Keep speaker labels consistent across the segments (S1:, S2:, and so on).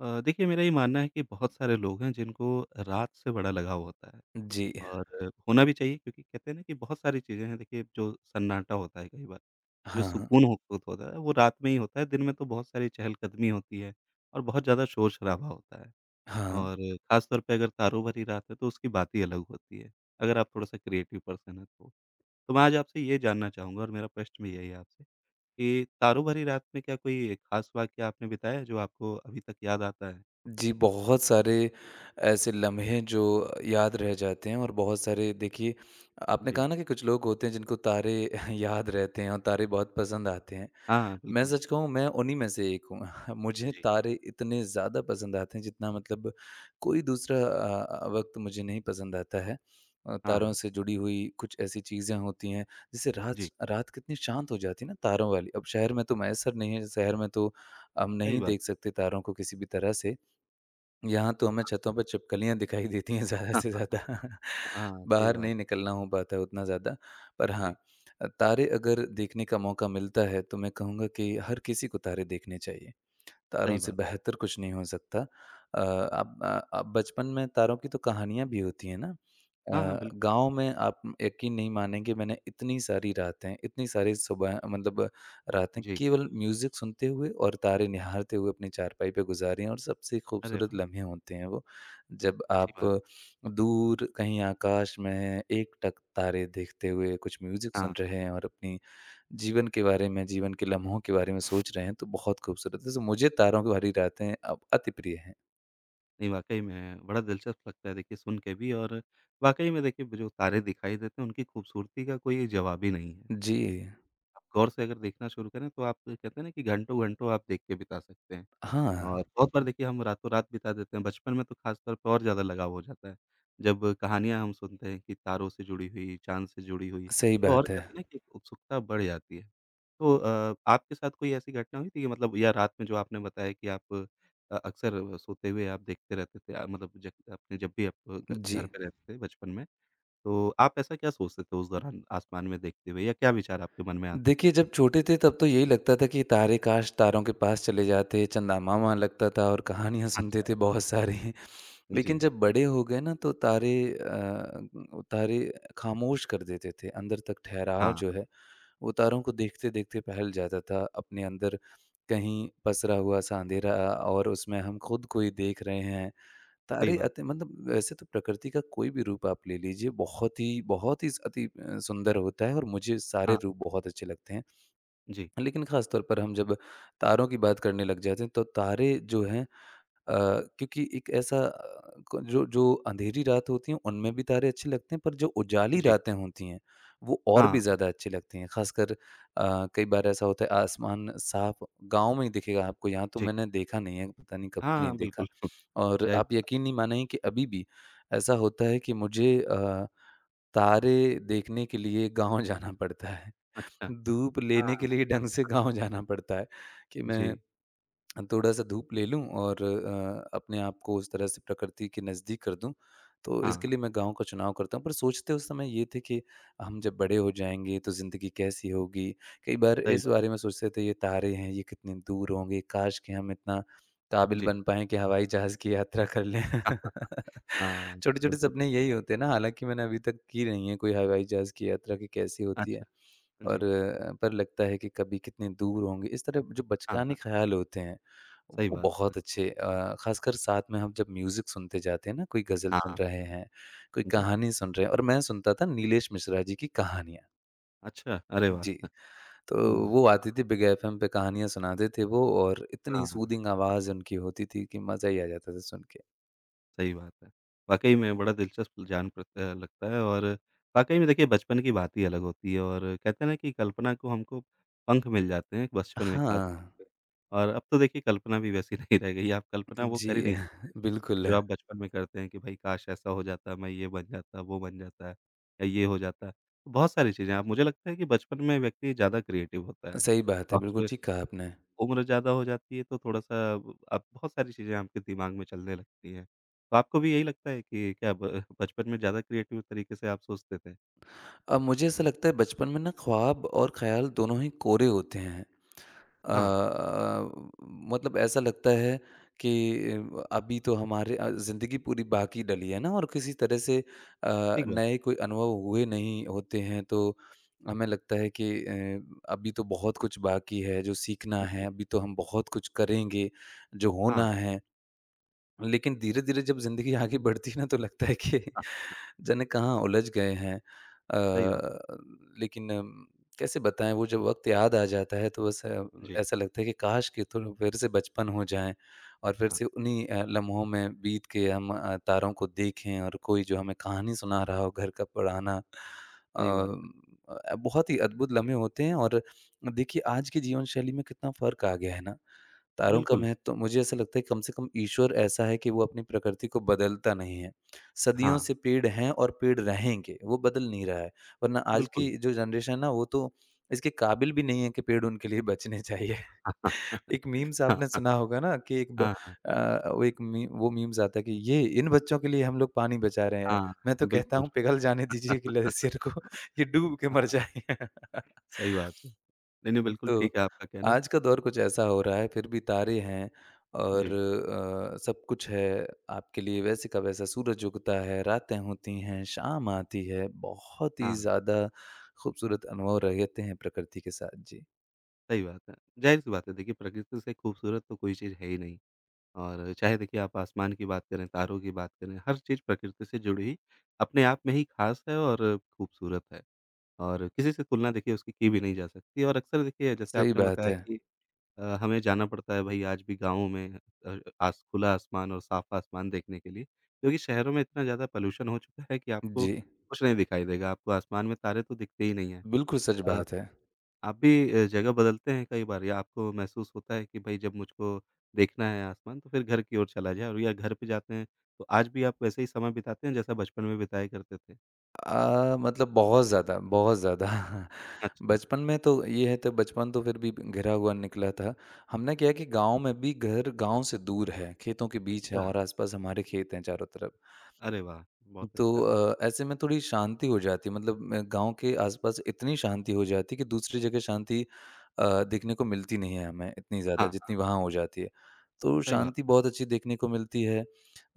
S1: देखिए मेरा ये मानना है कि बहुत सारे लोग हैं जिनको रात से बड़ा लगाव होता है
S2: जी।
S1: और होना भी चाहिए क्योंकि कहते हैं ना कि बहुत सारी चीज़ें हैं देखिए जो सन्नाटा होता है कई बार, जो
S2: हाँ,
S1: सुकून होता है वो रात में ही होता है, दिन में तो बहुत सारी चहलकदमी होती है और बहुत ज़्यादा शोर-शराबा होता है
S2: हाँ।
S1: और ख़ास तौर पे अगर तारों भरी रात है तो उसकी बात ही अलग होती है, अगर आप थोड़ा-सा क्रिएटिव पर्सन हैं तो। तो मैं आज आपसे ये जानना चाहूँगा और मेरा प्रश्न भी यही है आपसे कि तारों भरी रात में क्या कोई ख़ास वाक़या आपने बिताया है जो आपको अभी तक याद आता है?
S2: जी, बहुत सारे ऐसे लम्हे जो याद रह जाते हैं और बहुत सारे देखिए आपने
S1: जी।
S2: कहा ना कि कुछ लोग होते हैं जिनको तारे याद रहते हैं और तारे बहुत
S1: हाँ,
S2: पसंद आते हैं।
S1: हाँ,
S2: मैं
S1: बिल्कुल।
S2: सच कहूँ मैं उन्हीं में से एक हूँ। मुझे
S1: जी।
S2: तारे इतने ज़्यादा पसंद आते हैं जितना मतलब कोई दूसरा वक़्त मुझे नहीं पसंद आता है। तारों
S1: हाँ,
S2: से जुड़ी हुई कुछ ऐसी चीज़ें होती हैं जैसे रात
S1: जी,
S2: रात कितनी शांत हो जाती है ना तारों वाली। अब शहर में तो मैसर नहीं है, शहर में तो हम
S1: सही
S2: नहीं
S1: बात।
S2: देख सकते तारों को किसी भी तरह से। यहाँ तो हमें छतों पे छिपकलियाँ दिखाई देती हैं ज़्यादा
S1: हाँ,
S2: से ज़्यादा।
S1: हाँ, हाँ, सही
S2: बाहर
S1: बात।
S2: नहीं निकलना हो पाता है उतना ज़्यादा। पर हाँ,
S1: जी,
S2: तारे अगर देखने का मौका मिलता है तो मैं कहूँगा कि हर किसी को तारे देखने चाहिए। तारों
S1: सही
S2: से
S1: बात।
S2: बेहतर कुछ नहीं हो सकता। अब बचपन में तारों की तो कहानियाँ भी होती हैं ना।
S1: हाँ, हाँ, बिल्कुल।
S2: गाँव में आप यकीन नहीं मानेंगे मैंने इतनी सारी रातें, इतनी सारी सुबह मतलब रातें
S1: जी,
S2: केवल म्यूज़िक सुनते हुए और तारे निहारते हुए अपनी चारपाई पे गुजारी हैं और सबसे
S1: अरे
S2: खूबसूरत
S1: वाह!
S2: लम्हे होते हैं वो। जब
S1: अच्छी
S2: आप
S1: बात।
S2: दूर कहीं आकाश में एकटक तारे देखते हुए कुछ म्यूज़िक सुन
S1: हाँ,
S2: रहे हैं और अपनी जीवन के बारे में, जीवन के लम्हों के बारे में सोच रहे हैं तो बहुत खूबसूरत है। तो मुझे तारों की भरी रातें अब अति प्रिय हैं।
S1: नहीं वाक़ई में बड़ा दिलचस्प लगता है देखिए सुन के भी और वाक़ई में देखिए जो तारे दिखाई देते हैं उनकी खूबसूरती का कोई जवाब ही नहीं है।
S2: जी।
S1: आप गौर से अगर देखना शुरू करें तो आप कहते हैं ना कि घंटों-घंटों आप देख के बिता सकते हैं।
S2: हाँ,
S1: और बहुत बार देखिए हम रातों रात बिता देते हैं, बचपन में तो ख़ास तौर पे और ज़्यादा लगाव हो जाता है। जब कहानियाँ हम सुनते हैं कि तारों से जुड़ी हुई, चाँद से जुड़ी हुई,
S2: सही
S1: तो और
S2: बात है।
S1: कहते हैं ना कि एक उत्सुकता बढ़ जाती है। तो आपके साथ कोई ऐसी घटना हुई थी कि मतलब या रात में जो आपने बताया कि आप अक्सर सोते हुए आप देखते रहते थे मतलब जब आपने जब भी आप घ घर
S2: जी।
S1: पे रहते थे बचपन में, तो आप ऐसा क्या सोचते थे उस दौरान आसमान में देखते हुए या क्या विचार आपके मन में आते थे?
S2: देखिए जब छोटे थे तब तो यही लगता था कि तारे काश तारों के पास चले जाते, चंदा मामा लगता था और कहानियाँ सुनते
S1: अच्छा,
S2: थे बहुत सारी। लेकिन
S1: जी।
S2: जब बड़े हो गए ना तो तारे खामोश कर देते थे। अंदर तक ठहराव
S1: हाँ,
S2: जो है वो तारों को देखते-देखते टहल जाता था, अपने अंदर कहीं पसरा हुआ-सा अँधेरा और उसमें हम खुद को ही देख रहे हैं।
S1: सही
S2: तारे
S1: बात।
S2: अति मतलब वैसे तो प्रकृति का कोई भी रूप आप ले लीजिए, बहुत ही अति सुंदर होता है और मुझे सारे
S1: हाँ,
S2: रूप बहुत अच्छे लगते हैं।
S1: जी,
S2: लेकिन ख़ास तौर पर हम जब तारों की बात करने लग जाते हैं, तो तारे जो हैं अ, क्योंकि एक ऐसा अ, क जो जो अँधेरी रात होती है उनमें भी तारे अच्छे लगते हैं, पर जो उजाली
S1: जी।
S2: रातें होती हैं, वो और भी
S1: हाँ।
S2: ज़्यादा अच्छी लगती हैं। ख़ासकर कई बार ऐसा होता है आसमान साफ गाँव में ही दिखेगा आपको, यहाँ तो
S1: जी।
S2: मैंने देखा नहीं है, पता नहीं कब
S1: हाँ,
S2: से नहीं
S1: हाँ,
S2: देखा।
S1: बिल्कुल।
S2: और आप
S1: ज़ाहिर-सी बात
S2: यकीन नहीं मानेंगे कि अभी भी ऐसा होता है कि मुझे तारे देखने के लिए गाँव जाना पड़ता है।
S1: अच्छा।
S2: धूप
S1: हाँ,
S2: लेने के
S1: हाँ।
S2: लिए ढंग
S1: हाँ।
S2: से गाँव जाना पड़ता है कि
S1: जी।
S2: मैं थोड़ा-सा धूप ले लूँ और अपने आप को उस तरह से प्रकृति के नज़दीक कर दूँ। तो इसके
S1: हाँ,
S2: लिए मैं गाँव का चुनाव करता हूँ, पर सोचते उस समय ये थे कि हम जब बड़े हो जाएँगे तो ज़िंदगी कैसी होगी? कई बार
S1: सही
S2: इस
S1: बात।
S2: बारे में सोचते थे ये तारे हैं, ये कितने दूर होंगे, काश कि हम इतना काबिल
S1: जी।
S2: बन पाएँ कि हवाई जहाज़ की यात्रा कर लें।
S1: हाँ, हाँ। हाँ,
S2: छोटे-छोटे
S1: बिल्कुल।
S2: सपने यही होते हैं ना, हालाँकि मैंने अभी तक की नहीं है कोई हवाई जहाज़ की यात्रा कि कैसी होती है
S1: अच्छा,
S2: और
S1: जी।
S2: पर लगता है कि कभी कितने दूर होंगे। इस तरह जो
S1: हाँ,
S2: बचकाने
S1: हाँ,
S2: ख़्याल होते हैं,
S1: सही
S2: वो
S1: बात है।
S2: बहुत अच्छे ख़ासकर साथ में हम जब म्यूज़िक सुनते जाते हैं ना, कोई गज़ल सुन
S1: हाँ,
S2: रहे हैं, कोई
S1: जी।
S2: कहानी सुन रहे हैं और मैं सुनता था नीलेश मिश्रा जी की कहानियाँ।
S1: अच्छा, अरे
S2: जी,
S1: वाह!
S2: तो वो
S1: वाक़ई में
S2: आते थे बिग एफ़एम पे कहानियाँ सुनाते थे वो और इतनी
S1: हाँ, हाँ,
S2: सूदिंग आवाज़ उनकी होती थी कि मज़ा ही आ जाता था सुन के।
S1: सही बात है। वाक़ई में बड़ा दिलचस्प लगता है और वाक़ई में देखिए बचपन की बात ही अलग होती है और कहते हैं ना कि कल्पना को हमको पंख मिल जाते हैं बचपन में ख़ास तौर
S2: हाँ,
S1: पे और अब तो देखिए कल्पना भी वैसी नहीं रह गई है, आप कल्पना वो
S2: जी,
S1: कर ही नहीं सकते।
S2: बिल्कुल।
S1: जो आप बचपन में करते हैं कि भाई काश ऐसा हो जाता, मैं ये बन जाता, वो बन जाता या ये हो जाता। तो बहुत सारी चीज़ें आप मुझे लगता है कि बचपन में व्यक्ति ज़्यादा क्रिएटिव होता है।
S2: सही बात है,
S1: और
S2: बिल्कुल ठीक कहा आपने।
S1: उम्र ज़्यादा हो जाती है तो थोड़ा-सा आप बहुत सारी चीज़ें आपके दिमाग में चलने लगती हैं। तो आपको भी यही लगता है कि क्या ब बचपन में ज़्यादा क्रिएटिव तरीके से आप सोचते थे?
S2: अब मुझे ऐसा लगता है बचपन में ना ख्वाब और ख़्याल दोनों ही कोरे होते हैं। अ
S1: हाँ,
S2: अ, मतलब ऐसा लगता है कि अभी तो हमारे ज़िंदगी पूरी बाकी डली है ना और किसी तरह से अ,
S1: ठीक बात
S2: नए कोई अनुभव हुए नहीं होते हैं तो हमें लगता है कि अभी तो बहुत कुछ बाकी है जो सीखना है,
S1: जी,
S2: अभी तो हम बहुत कुछ करेंगे, जो
S1: हाँ,
S2: होना है। लेकिन धीरे-धीरे जब ज़िंदगी आगे बढ़ती है ना तो लगता है कि
S1: हाँ,
S2: जाने कहाँ उलझ गए हैं।
S1: सही बात,
S2: लेकिन कैसे बताएँ वो जब वक़्त याद आ जाता है तो बस
S1: जी,
S2: ऐसा लगता है कि काश कि थोड़ा फिर से बचपन हो जाए और
S1: हाँ,
S2: फिर
S1: हाँ,
S2: से उन्हीं लम्हों में बीत के हम तारों को देखें और कोई जो हमें कहानी सुना रहा हो घर का पुराना। अ,
S1: सही बात है।
S2: बहुत ही अद्भुत लम्हे होते हैं और देखिए आज की जीवन शैली में कितना फ़र्क आ गया है ना। तारों का
S1: बिल्कुल,
S2: महत्व मुझे ऐसा लगता है कम से कम ईश्वर ऐसा है कि वो अपनी प्रकृति को बदलता नहीं है। सदियों
S1: हाँ,
S2: से पेड़ हैं और पेड़ रहेंगे, वो बदल नहीं रहा है। वरना आज
S1: बिल्कुल।
S2: की जो जनरेशन है ना वो तो इसके काबिल भी नहीं है कि पेड़ उनके लिए बचने चाहिए। एक मीम्स
S1: हाँ,
S2: आपने सुना होगा ना कि एक
S1: हाँ,
S2: ब
S1: हाँ, हाँ,
S2: अ, वो एक मी वो मीम्स आता है कि ये इन बच्चों के लिए हम लोग पानी बचा रहे हैं।
S1: हाँ,
S2: मैं तो कहता
S1: बिल्कुल।
S2: हूँ पिघल जाने दीजिए ग्लेशियर को, ये डूब के मर
S1: हाँ,
S2: जाएँ।
S1: सही बात है। नहीं, नहीं,
S2: हाँ,
S1: बिल्कुल
S2: तो
S1: ठीक है आपका कहना।
S2: आज का दौर कुछ ऐसा हो रहा है, फिर भी तारे हैं और
S1: जी,
S2: सब कुछ है आपके लिए वैसे का वैसा सूरज उगता है, रातें होती हैं, शाम आती है, बहुत ही
S1: हाँ,
S2: ज़्यादा खूबसूरत अनुभव रहते हैं प्रकृति के साथ। जी,
S1: सही बात है। ज़ाहिर-सी बात है देखिए प्रकृति से खूबसूरत तो कोई चीज़ है ही नहीं और चाहे देखिए आप आसमान की बात करें, तारों की बात करें, हर चीज़ प्रकृति से जुड़ी ही अपने आप में ही ख़ास है और खूबसूरत है और किसी से तुलना देखिए उसकी की भी नहीं जा सकती और अक्सर देखिए जैसे
S2: सही
S1: आपने
S2: बात
S1: बताया
S2: है।
S1: कि हमें जाना पड़ता है भई आज भी गाँव में आस खुला आसमान और साफ आसमान देखने के लिए, क्योंकि शहरों में इतना ज़्यादा पॉल्यूशन हो चुका है कि आपको
S2: जी,
S1: कुछ नहीं दिखाई देगा, आपको आसमान में तारे तो दिखते ही नहीं हैं।
S2: बिल्कुल सच
S1: अ,
S2: बात है।
S1: आप भी जगह बदलते हैं कई बार या आपको महसूस होता है कि भई जब मुझको देखना है आसमान तो फिर घर की ओर चला जाए और या घर पे जाते हैं, तो आज भी आप वैसे ही समय बिताते हैं जैसा बचपन में बिताया करते थे?
S2: मतलब बहुत ज़्यादा, बहुत ज़्यादा।
S1: अच्छा,
S2: बचपन में तो ये है तो बचपन तो फिर भी घिरा हुआ निकला था। हमने क्या है कि गाँव में भी घर गाँव से दूर है, खेतों के बीच है
S1: अच्छा।
S2: और आस-पास हमारे खेत हैं चारों तरफ।
S1: अरे वाह! बहुत
S2: तो
S1: अच्छा है।
S2: ऐसे में थोड़ी शांति हो जाती है मतलब मैं गाँव के आस-पास इतनी शांति हो जाती है कि दूसरी जगह शांति देखने को मिलती नहीं है हमें इतनी ज़्यादा
S1: हाँ,
S2: जितनी वहाँ हो जाती है। तो
S1: सही बात।
S2: शांति बहुत अच्छी देखने को मिलती है।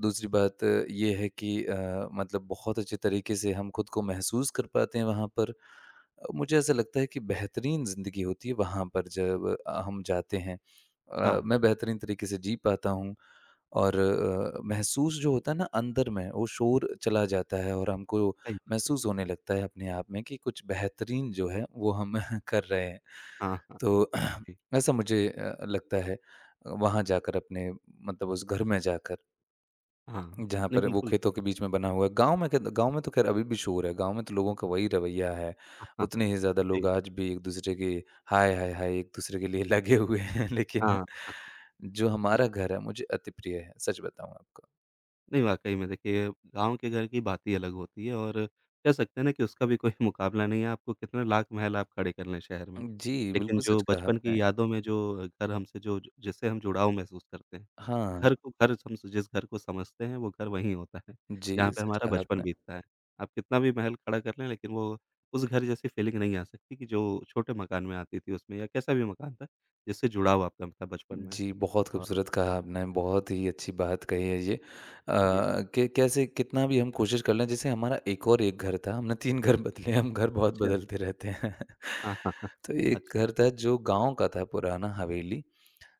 S2: दूसरी बात ये है कि मतलब बहुत अच्छे तरीके से हम खुद को महसूस कर पाते हैं वहाँ पर। मुझे ऐसा लगता है कि बेहतरीन ज़िंदगी होती है वहाँ पर जब हम जाते हैं।
S1: हाँ,
S2: मैं बेहतरीन तरीके से जी पाता हूँ और महसूस जो होता है ना अंदर में वो शोर चला जाता है और हमको
S1: सही बात है।
S2: महसूस होने लगता है अपने आप में कि कुछ बेहतरीन जो है वो हम कर रहे हैं।
S1: हाँ, हाँ,
S2: तो
S1: जी।
S2: ऐसा मुझे लगता है वहाँ जाकर अपने मतलब उस घर में जाकर।
S1: हाँ, हाँ।
S2: जहाँ
S1: नहीं,
S2: पर वो
S1: बिल्कुल।
S2: खेतों के बीच में बना हुआ है। गाँव में क गाँव में तो ख़ैर अभी भी शोर है, गाँव में तो लोगों का वही रवैया है।
S1: हाँ,
S2: उतने ही ज़्यादा लोग
S1: जी।
S2: आज भी एक-दूसरे के हाय, हाय, हाय एक-दूसरे के लिए लगे हुए हैं। लेकिन
S1: हाँ, हाँ,
S2: जो
S1: जी।
S2: हमारा घर है मुझे अति प्रिय है, सच बताऊँ आपको।
S1: नहीं, वाक़ई में देखिए गाँव के घर की बात ही अलग होती है और कह सकते हैं ना कि उसका भी कोई मुकाबला नहीं है, आपको कितने लाख महल आप खड़े कर लें शहर में।
S2: जी,
S1: लेकिन
S2: बिल्कुल सच
S1: जो
S2: कहा
S1: बचपन
S2: आपने।
S1: की यादों में जो घर हमसे जो जिससे हम जुड़ाव महसूस करते हैं,
S2: हाँ,
S1: घर को घर हम जिस घर को समझते हैं वो घर वहीं होता है,
S2: जी,
S1: जहाँ पे
S2: सच
S1: हमारा
S2: कहा
S1: बचपन
S2: आपने।
S1: बीतता है। आप कितना भी महल खड़ा कर लें लेकिन वो उस घर जैसी फ़ीलिंग नहीं आ सकती कि जो छोटे मकान में आती थी उसमें या कैसा भी मकान था, जिससे जुड़ाव आपका था बचपन में
S2: जी, बहुत
S1: और
S2: खूबसूरत कहा आपने, बहुत ही अच्छी बात कही है ये।
S1: जी,
S2: कि कैसे कितना भी हम कोशिश कर लें जैसे हमारा एक और एक घर था, हमने 3 घर बदले, हम घर बहुत
S1: अच्छा।
S2: बदलते रहते हैं।
S1: हाँ, हाँ, हाँ।
S2: तो एक
S1: अच्छा,
S2: घर था जो गाँव का था पुराना हवेली,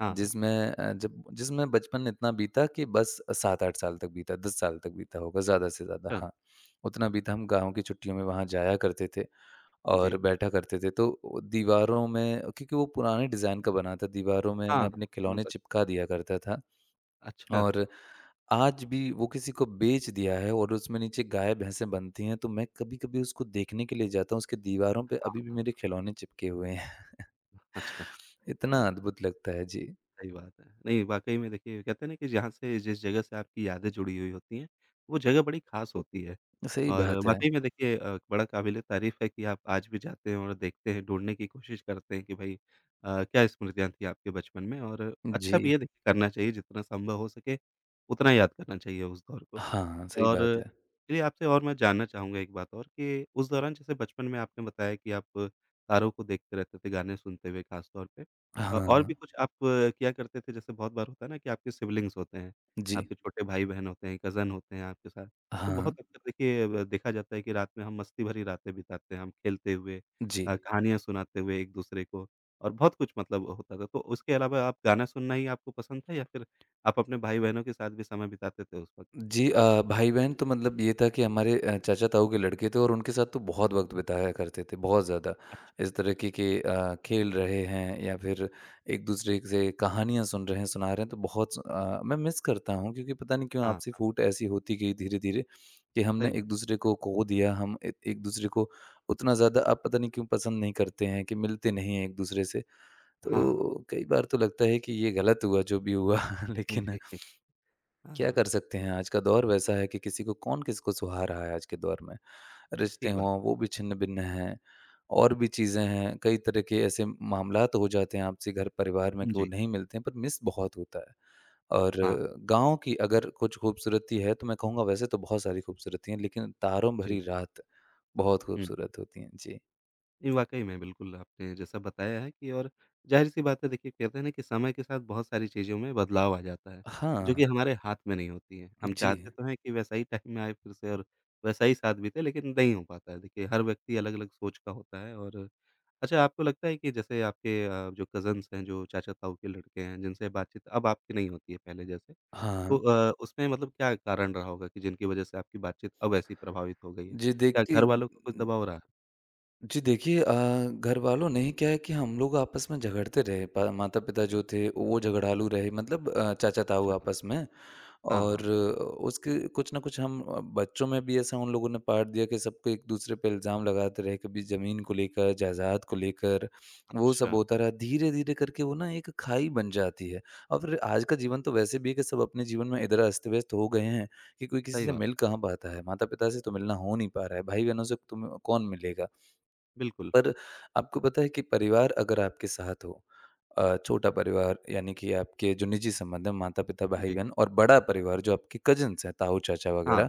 S1: हाँ, हाँ।
S2: जिसमें अ, जब जिसमें बचपन इतना बीता कि बस 7-8 साल तक बीता, 10 साल तक बीता होगा ज़्यादा से ज़्यादा,
S1: अच्छा,
S2: हाँ। उतना बीता हम गाँव की छुट्टियों में वहाँ जाया करते थे। और
S1: जी।
S2: बैठा करते थे। तो वो दीवारों में क्योंकि वो पुराने डिज़ाइन का बना था, दीवारों में मैं
S1: हाँ,
S2: अपने
S1: समझ
S2: खिलौने
S1: सक
S2: चिपका दिया करता था
S1: अच्छा,
S2: और आज भी वो किसी को बेच दिया है और उसमें नीचे गाय-भैंसें बनती हैं, तो मैं कभी-कभी उसको देखने के लिए जाता हूँ, उसकी दीवारों पे अभी भी
S1: हाँ,
S2: मेरे खिलौने चिपके हुए हैं।
S1: अच्छा। अ,
S2: इतना अद्भुत लगता है। जी,
S1: सही बात है। नहीं, वाक़ई में देखिए कहते हैं ना कि जहाँ से जिस जगह से आपकी यादें जुड़ी हुई होती हैं, वो जगह बड़ी ख़ास होती है।
S2: सही
S1: और
S2: बात है।
S1: वाक़ई में देखिए बड़ा काबिल-ए-तारीफ़ है कि आप आज भी जाते हैं और देखते हैं, ढूँढने की कोशिश करते हैं कि भई क्या स्मृतियाँ थी आपके बचपन में और
S2: जी।
S1: अच्छा भी है देखिए करना चाहिए, जितना संभव हो सके उतना याद करना चाहिए उस दौर को।
S2: हाँ, सही
S1: और
S2: बात है।
S1: चलिए आपसे और मैं जानना चाहूँगा एक बात और कि उस दौरान जैसे बचपन में आपने बताया कि आप तारों को देखते रहते थे गाने सुनते हुए खास तौर पे।
S2: हाँ,
S1: और भी
S2: हाँ।
S1: कुछ आप किया करते थे जैसे बहुत बार होता है ना कि आपके सिबलिंग्स होते हैं,
S2: जी।
S1: आपके छोटे भाई-बहन होते हैं, कज़न होते हैं आपके साथ। तो
S2: हाँ,
S1: बहुत अक्सर देखिए ब देखा जाता है कि रात में हम मस्ती भरी रातें बिताते हैं, हम खेलते हुए
S2: जी।
S1: कहानियाँ सुनाते हुए एक-दूसरे को और बहुत कुछ मतलब होता था। तो उसके अलावा आप गाना सुनना ही आपको पसंद था या फिर आप अपने भाई-बहनों के साथ भी समय बिताते थे उस वक़्त?
S2: जी भाई-बहन तो मतलब ये था कि हमारे चाचा-ताऊ के लड़के थे और उनके साथ तो बहुत वक़्त बिताया करते थे, बहुत ज़्यादा।
S1: अच्छा।
S2: इस तरीके के खेल रहे हैं या फिर एक-दूसरे से कहानियाँ सुन रहे हैं, सुना रहे हैं, तो बहुत मैं मिस करता हूँ क्योंकि पता नहीं क्यों
S1: हाँ,
S2: आपसी
S1: हाँ,
S2: फूट ऐसी होती गई धीरे-धीरे कि हमने
S1: सही बात।
S2: एक-दूसरे को खो दिया, हम ए एक-दूसरे को उतना ज़्यादा अब पता नहीं क्यों पसंद नहीं करते हैं कि मिलते नहीं हैं एक-दूसरे से।
S1: हाँ,
S2: तो कई बार तो लगता है कि ये गलत हुआ जो भी हुआ लेकिन
S1: जी,
S2: क्या कर
S1: हाँ,
S2: सकते हैं? आज का दौर वैसा है कि किसी को कौन किसको सुहा रहा है आज के दौर में।
S1: तो
S2: रिश्ते
S1: ठीक बात
S2: हों,
S1: है।
S2: वो भी छिन्न-भिन्न हैं, और भी चीज़ें हैं, कई तरह के ऐसे मामलात हो जाते हैं आपसी घर परिवार में कि वो
S1: जी,
S2: नहीं मिलते हैं, पर मिस बहुत होता है। और
S1: हाँ,
S2: गाँव की अगर कुछ खूबसूरती है, तो मैं कहूँगा वैसे तो बहुत सारी खूबसूरती हैं, लेकिन तारों
S1: जी,
S2: भरी रात बहुत
S1: हुँ।
S2: खूबसूरत होती हैं। जी।
S1: ये वाक़ई में बिल्कुल आपने जैसा बताया है कि और ज़ाहिर-सी बात है देखिए कहते हैं ना कि समय के साथ बहुत सारी चीज़ों में बदलाव आ जाता है, जो
S2: हाँ,
S1: कि हमारे हाथ में नहीं होती है। हम
S2: जी।
S1: चाहते तो हैं कि वैसा ही टाइम में आए फिर से और वैसा ही साथ बीते लेकिन नहीं हो पाता है। देखिए हर व्यक्ति अलग-अलग सोच का होता है और अच्छा आपको लगता है कि जैसे आपके जो कज़िन्स हैं, जो चाचा-ताऊ के लड़के हैं जिनसे बातचीत अब आपकी नहीं होती है पहले जैसे? तो
S2: हाँ।
S1: उसमें मतलब क्या कारण रहा होगा कि जिनकी वजह से आपकी बातचीत अब ऐसी प्रभावित हो गई है?
S2: जी,
S1: क्या घर
S2: देखिए
S1: वालों का कुछ दबाव रहा?
S2: जी देखिए अ, घर वालों ने क्या है कि हम लोग आपस में झगड़ते रहे पा माता पिता जो थे वो झगड़ालू रहे मतलब चाचा ताऊ
S1: अच्छा,
S2: आपस में
S1: हाँ,
S2: और
S1: हाँ।
S2: उसके कुछ ना कुछ हम बच्चों में भी ऐसा उन लोगों ने पाट दिया कि सबको एक दूसरे पे इल्ज़ाम लगाते रहे कभी ज़मीन को लेकर जायदाद को लेकर वो सब
S1: अच्छा,
S2: होता रहा धीरे धीरे करके वो ना एक खाई बन जाती है और फिर आज का जीवन तो वैसे भी है कि सब अपने जीवन में इधर अस्त व्यस्त हो गए हैं कि कोई किसी
S1: सही
S2: से
S1: बात
S2: मिल कहाँ पाता है माता पिता से तो मिलना हो नहीं पा रहा है भाई बहनों से तुम्हें कौन मिलेगा
S1: है, बिल्कुल,
S2: पर आपको पता है कि परिवार अगर आपके साथ हो छोटा परिवार यानी कि आपके जो निजी संबंध है माता-पिता,
S1: जी।
S2: भाई-बहन और बड़ा परिवार जो आपके कज़िन्स हैं, ताऊ, चाचा
S1: हाँ,
S2: वगैरह,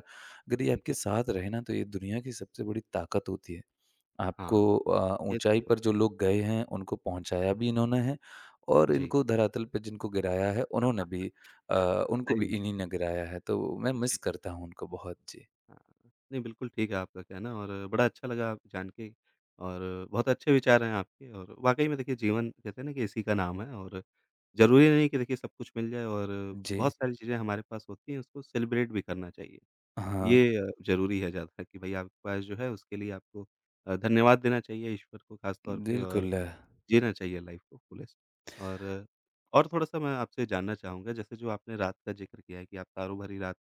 S2: अगर ये
S1: ठीक
S2: आपके
S1: है,
S2: साथ रहे ना तो ये दुनिया की सबसे बड़ी ताकत होती है। आपको
S1: हाँ, ये
S2: ऊँचाई
S1: सही बात
S2: पर जो लोग गए हैं उनको पहुँचाया भी इन्होंने है और
S1: है, जी।
S2: इनको धरातल पे जिनको गिराया है उन्होंने
S1: हाँ,
S2: भी अ, उनको
S1: सही
S2: भी इन्हीं
S1: बात
S2: ने गिराया है तो मैं
S1: है,
S2: मिस
S1: जी।
S2: करता हूँ उनको बहुत। जी।
S1: हाँ, नहीं बिल्कुल ठीक है आपका कहना और बड़ा अच्छा लगा जान के और बहुत अच्छे विचार हैं आपके और वाक़ई में देखिए जीवन कहते हैं ना कि इसी का नाम है और ज़रूरी नहीं कि देखिए सब कुछ मिल जाए और
S2: जी।
S1: बहुत सारी चीज़ें हमारे पास होती हैं, उसको सेलिब्रेट भी करना चाहिए।
S2: हाँ,
S1: ये ज़रूरी है ज़्यादा कि भई आपके पास जो है उसके लिए आपको धन्यवाद देना चाहिए ईश्वर को ख़ास तौर पे और
S2: बिल्कुल।
S1: जीना चाहिए लाइफ़ को फुलेस्ट। और और थोड़ा-सा मैं आपसे जानना चाहूँगा जैसे जो आपने रात का ज़िक्र किया है कि आप तारों भरी रात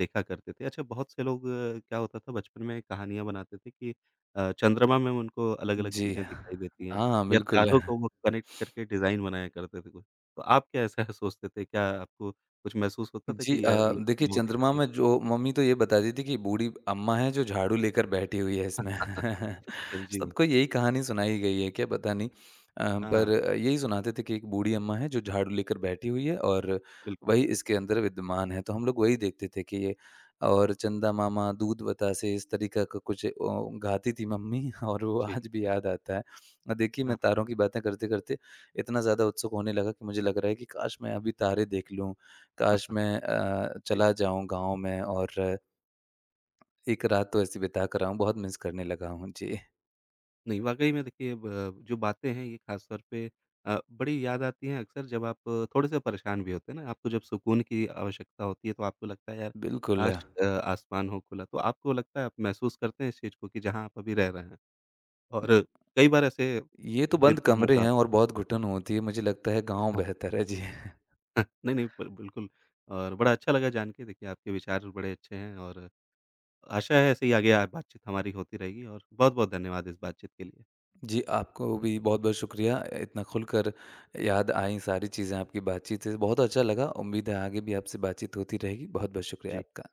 S1: देखा करते थे। अच्छा बहुत से लोग क्या होता था बचपन में कहानियाँ बनाते थे कि चंद्रमा में उनको अलग-अलग
S2: जी।
S1: चीज़ें दिखाई देती हैं
S2: हाँ,
S1: या
S2: बिल्कुल।
S1: तारों को वो कनेक्ट करके डिज़ाइन बनाया करते थे कुछ। तो आप क्या ऐसा सोचते थे? क्या आपको कुछ महसूस होता था
S2: जी
S1: कि या ये तो
S2: देखिए
S1: नौ दिख
S2: चंद्रमा
S1: रही है?
S2: में जो मम्मी तो ये बताती थी कि बूढ़ी अम्मा है जो झाड़ू लेकर बैठी हुई है इसमें।
S1: जी।
S2: सबको यही कहानी सुनाई गई है क्या पता नहीं।
S1: हाँ,
S2: पर यही सुनाते थे कि एक बूढ़ी अम्मा है जो झाड़ू लेकर बैठी हुई है और
S1: बिल्कुल।
S2: वही इसके अंदर विद्यमान है। तो हम लोग वही देखते थे कि ये और चंदा मामा, दूध बतासे इस तरीक़ा का कुछ ओ गाती थी मम्मी और वो
S1: जी,
S2: आज भी याद आता है। देखिए मैं
S1: हाँ,
S2: तारों की बातें करते-करते इतना ज़्यादा उत्सुक होने लगा कि मुझे लग रहा है कि काश मैं अभी तारे देख लूँ
S1: हाँ,
S2: काश
S1: हाँ,
S2: मैं
S1: जी।
S2: चला जाऊँ गाँव में और एक रात तो ऐसी बिता कर आऊँ, बहुत मिस करने लगा हूँ। जी,
S1: नहीं, वाक़ई में देखिए ब जो बातें हैं ये ख़ास तौर पे बड़ी याद आती हैं अक्सर जब आप थोड़े-से परेशान भी होते हैं ना, आपको जब सुकून की आवश्यकता होती है तो आपको लगता है यार
S2: बिल्कुल।
S1: काश आसमान हो खुला। तो आपको लगता है आप महसूस करते हैं इस चीज़ को कि जहाँ आप अभी रह रहे हैं और कई बार ऐसे
S2: ये तो
S1: दिल
S2: बंद
S1: पे
S2: कमरे
S1: मोड़
S2: हैं और
S1: आता
S2: बहुत घुटन होती है, मुझे लगता है गाँव
S1: है।
S2: बेहतर है। जी।
S1: नहीं, नहीं, ब बिल्कुल और बड़ा अच्छा लगा जान के देखिए आपके विचार बड़े अच्छे हैं और आशा है ऐसे ही आगे बातचीत हमारी होती रहेगी और बहुत-बहुत धन्यवाद इस बातचीत के लिए।
S2: जी, आपको भी बहुत-बहुत शुक्रिया, इतना खुलकर याद आईं सारी चीज़ें आपकी बातचीत से, बहुत अच्छा लगा। उम्मीद है आगे भी आपसे बातचीत होती रहेगी। बहुत-बहुत शुक्रिया
S1: जी।
S2: आपका।